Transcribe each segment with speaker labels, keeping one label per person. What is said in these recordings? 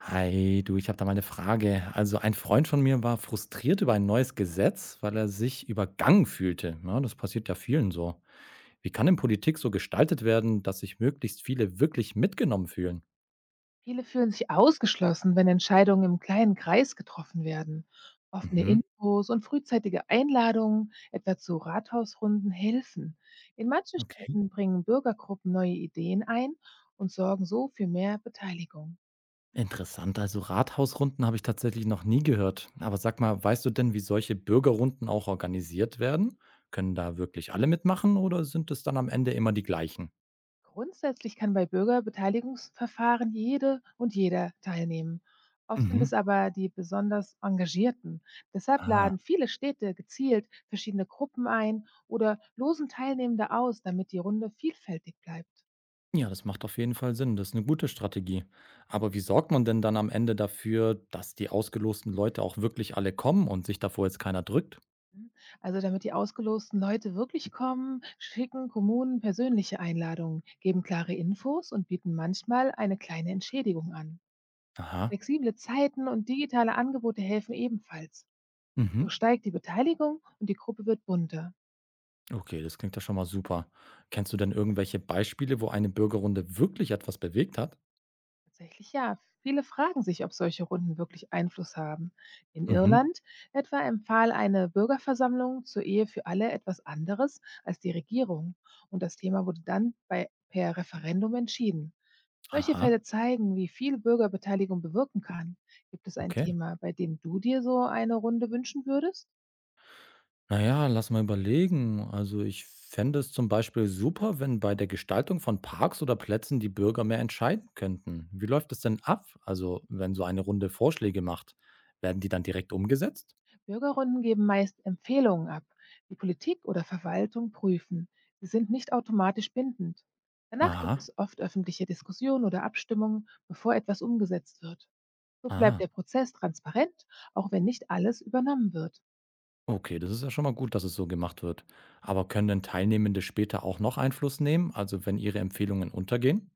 Speaker 1: Hi, du, ich habe da mal eine Frage. Also ein Freund von mir war frustriert über ein neues Gesetz, weil er sich übergangen fühlte. Ja, das passiert ja vielen so. Wie kann denn Politik so gestaltet werden, dass sich möglichst viele wirklich mitgenommen fühlen?
Speaker 2: Viele fühlen sich ausgeschlossen, wenn Entscheidungen im kleinen Kreis getroffen werden. Offene
Speaker 1: Mhm.
Speaker 2: Infos und frühzeitige Einladungen, etwa zu Rathausrunden, helfen. In manchen
Speaker 1: Okay.
Speaker 2: Städten bringen Bürgergruppen neue Ideen ein und sorgen so für mehr Beteiligung.
Speaker 1: Interessant. Also Rathausrunden habe ich tatsächlich noch nie gehört. Aber sag mal, weißt du denn, wie solche Bürgerrunden auch organisiert werden? Können da wirklich alle mitmachen oder sind es dann am Ende immer die gleichen?
Speaker 2: Grundsätzlich kann bei Bürgerbeteiligungsverfahren jede und jeder teilnehmen. Oft sind
Speaker 1: Mhm.
Speaker 2: es aber die besonders Engagierten. Deshalb
Speaker 1: Ah.
Speaker 2: laden viele Städte gezielt verschiedene Gruppen ein oder losen Teilnehmende aus, damit die Runde vielfältig bleibt.
Speaker 1: Ja, das macht auf jeden Fall Sinn. Das ist eine gute Strategie. Aber wie sorgt man denn dann am Ende dafür, dass die ausgelosten Leute auch wirklich alle kommen und sich davor jetzt keiner drückt?
Speaker 2: Also damit die ausgelosten Leute wirklich kommen, schicken Kommunen persönliche Einladungen, geben klare Infos und bieten manchmal eine kleine Entschädigung an.
Speaker 1: Aha.
Speaker 2: Flexible Zeiten und digitale Angebote helfen ebenfalls. So
Speaker 1: Mhm.
Speaker 2: steigt die Beteiligung und die Gruppe wird bunter.
Speaker 1: Okay, das klingt ja schon mal super. Kennst du denn irgendwelche Beispiele, wo eine Bürgerrunde wirklich etwas bewegt hat?
Speaker 2: Tatsächlich ja. Viele fragen sich, ob solche Runden wirklich Einfluss haben. In
Speaker 1: Mhm.
Speaker 2: Irland etwa empfahl eine Bürgerversammlung zur Ehe für alle etwas anderes als die Regierung und das Thema wurde dann per Referendum entschieden. Solche
Speaker 1: Aha,
Speaker 2: Fälle zeigen, wie viel Bürgerbeteiligung bewirken kann. Gibt es ein
Speaker 1: okay.
Speaker 2: Thema, bei dem du dir so eine Runde wünschen würdest?
Speaker 1: Na ja, lass mal überlegen. Also ich fände es zum Beispiel super, wenn bei der Gestaltung von Parks oder Plätzen die Bürger mehr entscheiden könnten. Wie läuft es denn ab? Also wenn so eine Runde Vorschläge macht, werden die dann direkt umgesetzt?
Speaker 2: Bürgerrunden geben meist Empfehlungen ab, die Politik oder Verwaltung prüfen. Sie sind nicht automatisch bindend. Danach gibt
Speaker 1: Aha,
Speaker 2: es oft öffentliche Diskussionen oder Abstimmungen, bevor etwas umgesetzt wird. So bleibt
Speaker 1: ah,
Speaker 2: der Prozess transparent, auch wenn nicht alles übernommen wird.
Speaker 1: okay, das ist ja schon mal gut, dass es so gemacht wird. Aber können denn Teilnehmende später auch noch Einfluss nehmen, also wenn ihre Empfehlungen untergehen?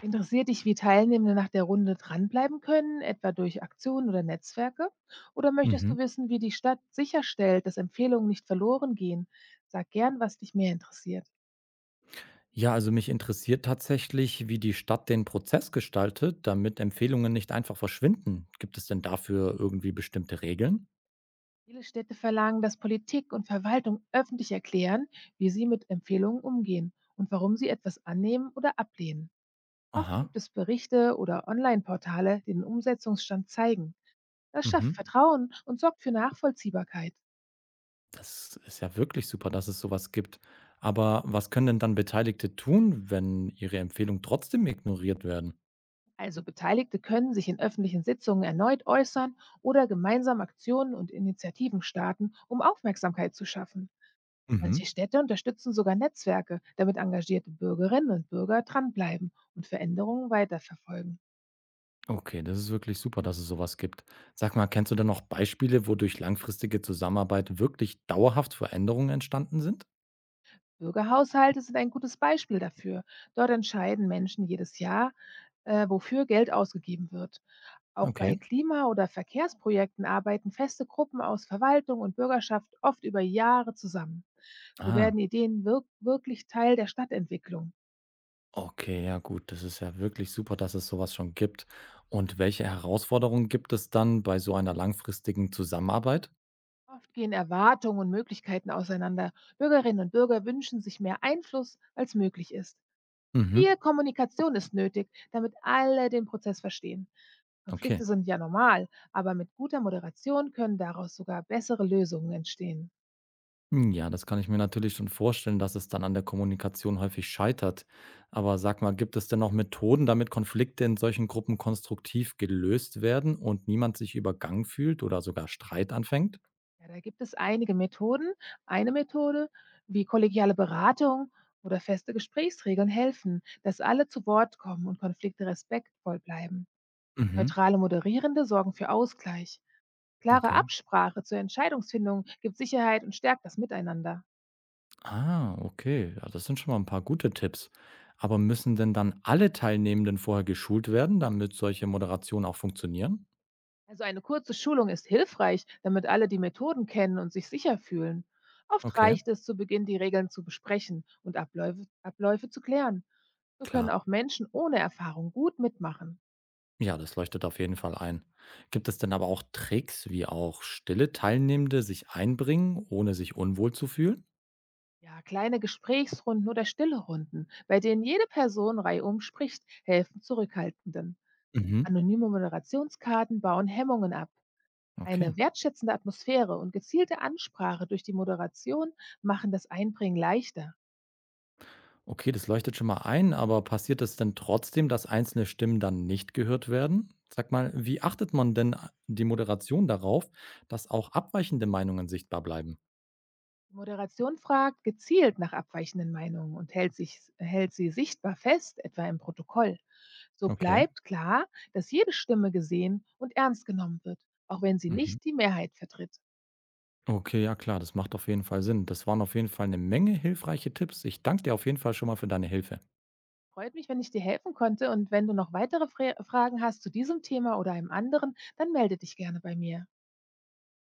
Speaker 2: Interessiert dich, wie Teilnehmende nach der Runde dranbleiben können, etwa durch Aktionen oder Netzwerke? Oder möchtest du
Speaker 1: Mhm.
Speaker 2: wissen, wie die Stadt sicherstellt, dass Empfehlungen nicht verloren gehen? Sag gern, was dich mehr interessiert.
Speaker 1: Ja, also mich interessiert tatsächlich, wie die Stadt den Prozess gestaltet, damit Empfehlungen nicht einfach verschwinden. Gibt es denn dafür irgendwie bestimmte Regeln?
Speaker 2: Viele Städte verlangen, dass Politik und Verwaltung öffentlich erklären, wie sie mit Empfehlungen umgehen und warum sie etwas annehmen oder ablehnen. Oft
Speaker 1: Aha,
Speaker 2: gibt es Berichte oder Online-Portale, die den Umsetzungsstand zeigen. Das
Speaker 1: mhm.
Speaker 2: schafft Vertrauen und sorgt für Nachvollziehbarkeit.
Speaker 1: Das ist ja wirklich super, dass es sowas gibt. Aber was können denn dann Beteiligte tun, wenn ihre Empfehlungen trotzdem ignoriert werden?
Speaker 2: Also Beteiligte können sich in öffentlichen Sitzungen erneut äußern oder gemeinsam Aktionen und Initiativen starten, um Aufmerksamkeit zu schaffen. Manche
Speaker 1: Mhm.
Speaker 2: Städte unterstützen sogar Netzwerke, damit engagierte Bürgerinnen und Bürger dranbleiben und Veränderungen weiterverfolgen.
Speaker 1: Okay, das ist wirklich super, dass es sowas gibt. Sag mal, kennst du denn noch Beispiele, wo durch langfristige Zusammenarbeit wirklich dauerhaft Veränderungen entstanden sind?
Speaker 2: Bürgerhaushalte sind ein gutes Beispiel dafür. Dort entscheiden Menschen jedes Jahr, wofür Geld ausgegeben wird. Auch bei
Speaker 1: Okay.
Speaker 2: Klima- oder Verkehrsprojekten arbeiten feste Gruppen aus Verwaltung und Bürgerschaft oft über Jahre zusammen. So
Speaker 1: Ah,
Speaker 2: werden Ideen wirklich Teil der Stadtentwicklung.
Speaker 1: okay, ja gut, das ist ja wirklich super, dass es sowas schon gibt. Und welche Herausforderungen gibt es dann bei so einer langfristigen Zusammenarbeit?
Speaker 2: Oft gehen Erwartungen und Möglichkeiten auseinander. Bürgerinnen und Bürger wünschen sich mehr Einfluss, als möglich ist.
Speaker 1: Mhm,
Speaker 2: Viel Kommunikation ist nötig, damit alle den Prozess verstehen.
Speaker 1: okay.
Speaker 2: Konflikte sind ja normal, aber mit guter Moderation können daraus sogar bessere Lösungen entstehen.
Speaker 1: Hm, ja, das kann ich mir natürlich schon vorstellen, dass es dann an der Kommunikation häufig scheitert. Aber sag mal, gibt es denn noch Methoden, damit Konflikte in solchen Gruppen konstruktiv gelöst werden und niemand sich übergangen fühlt oder sogar Streit anfängt?
Speaker 2: Ja, da gibt es einige Methoden. Eine Methode wie kollegiale Beratung oder feste Gesprächsregeln helfen, dass alle zu Wort kommen und Konflikte respektvoll bleiben.
Speaker 1: Mhm,
Speaker 2: Neutrale Moderierende sorgen für Ausgleich. Klare
Speaker 1: okay.
Speaker 2: Absprache zur Entscheidungsfindung gibt Sicherheit und stärkt das Miteinander.
Speaker 1: Ah, okay. Ja, das sind schon mal ein paar gute Tipps. Aber müssen denn dann alle Teilnehmenden vorher geschult werden, damit solche Moderationen auch funktionieren?
Speaker 2: Also eine kurze Schulung ist hilfreich, damit alle die Methoden kennen und sich sicher fühlen. Oft
Speaker 1: Okay,
Speaker 2: reicht es, zu Beginn die Regeln zu besprechen und Abläufe zu klären. So können
Speaker 1: klar.
Speaker 2: auch Menschen ohne Erfahrung gut mitmachen.
Speaker 1: Ja, das leuchtet auf jeden Fall ein. Gibt es denn aber auch Tricks, wie auch stille Teilnehmende sich einbringen, ohne sich unwohl zu fühlen?
Speaker 2: Ja, kleine Gesprächsrunden oder stille Runden, bei denen jede Person reihum spricht, helfen Zurückhaltenden.
Speaker 1: Mhm.
Speaker 2: Anonyme Moderationskarten bauen Hemmungen ab.
Speaker 1: Okay.
Speaker 2: Eine wertschätzende Atmosphäre und gezielte Ansprache durch die Moderation machen das Einbringen leichter.
Speaker 1: Okay, das leuchtet schon mal ein, aber passiert es denn trotzdem, dass einzelne Stimmen dann nicht gehört werden? Sag mal, wie achtet man denn die Moderation darauf, dass auch abweichende Meinungen sichtbar bleiben?
Speaker 2: Die Moderation fragt gezielt nach abweichenden Meinungen und hält sie sichtbar fest, etwa im Protokoll. So
Speaker 1: Okay.
Speaker 2: bleibt klar, dass jede Stimme gesehen und ernst genommen wird, auch wenn sie
Speaker 1: Mhm.
Speaker 2: nicht die Mehrheit vertritt.
Speaker 1: Okay, ja klar, das macht auf jeden Fall Sinn. Das waren auf jeden Fall eine Menge hilfreiche Tipps. Ich danke dir auf jeden Fall schon mal für deine Hilfe.
Speaker 2: Freut mich, wenn ich dir helfen konnte und wenn du noch weitere Fragen hast zu diesem Thema oder einem anderen, dann melde dich gerne bei mir.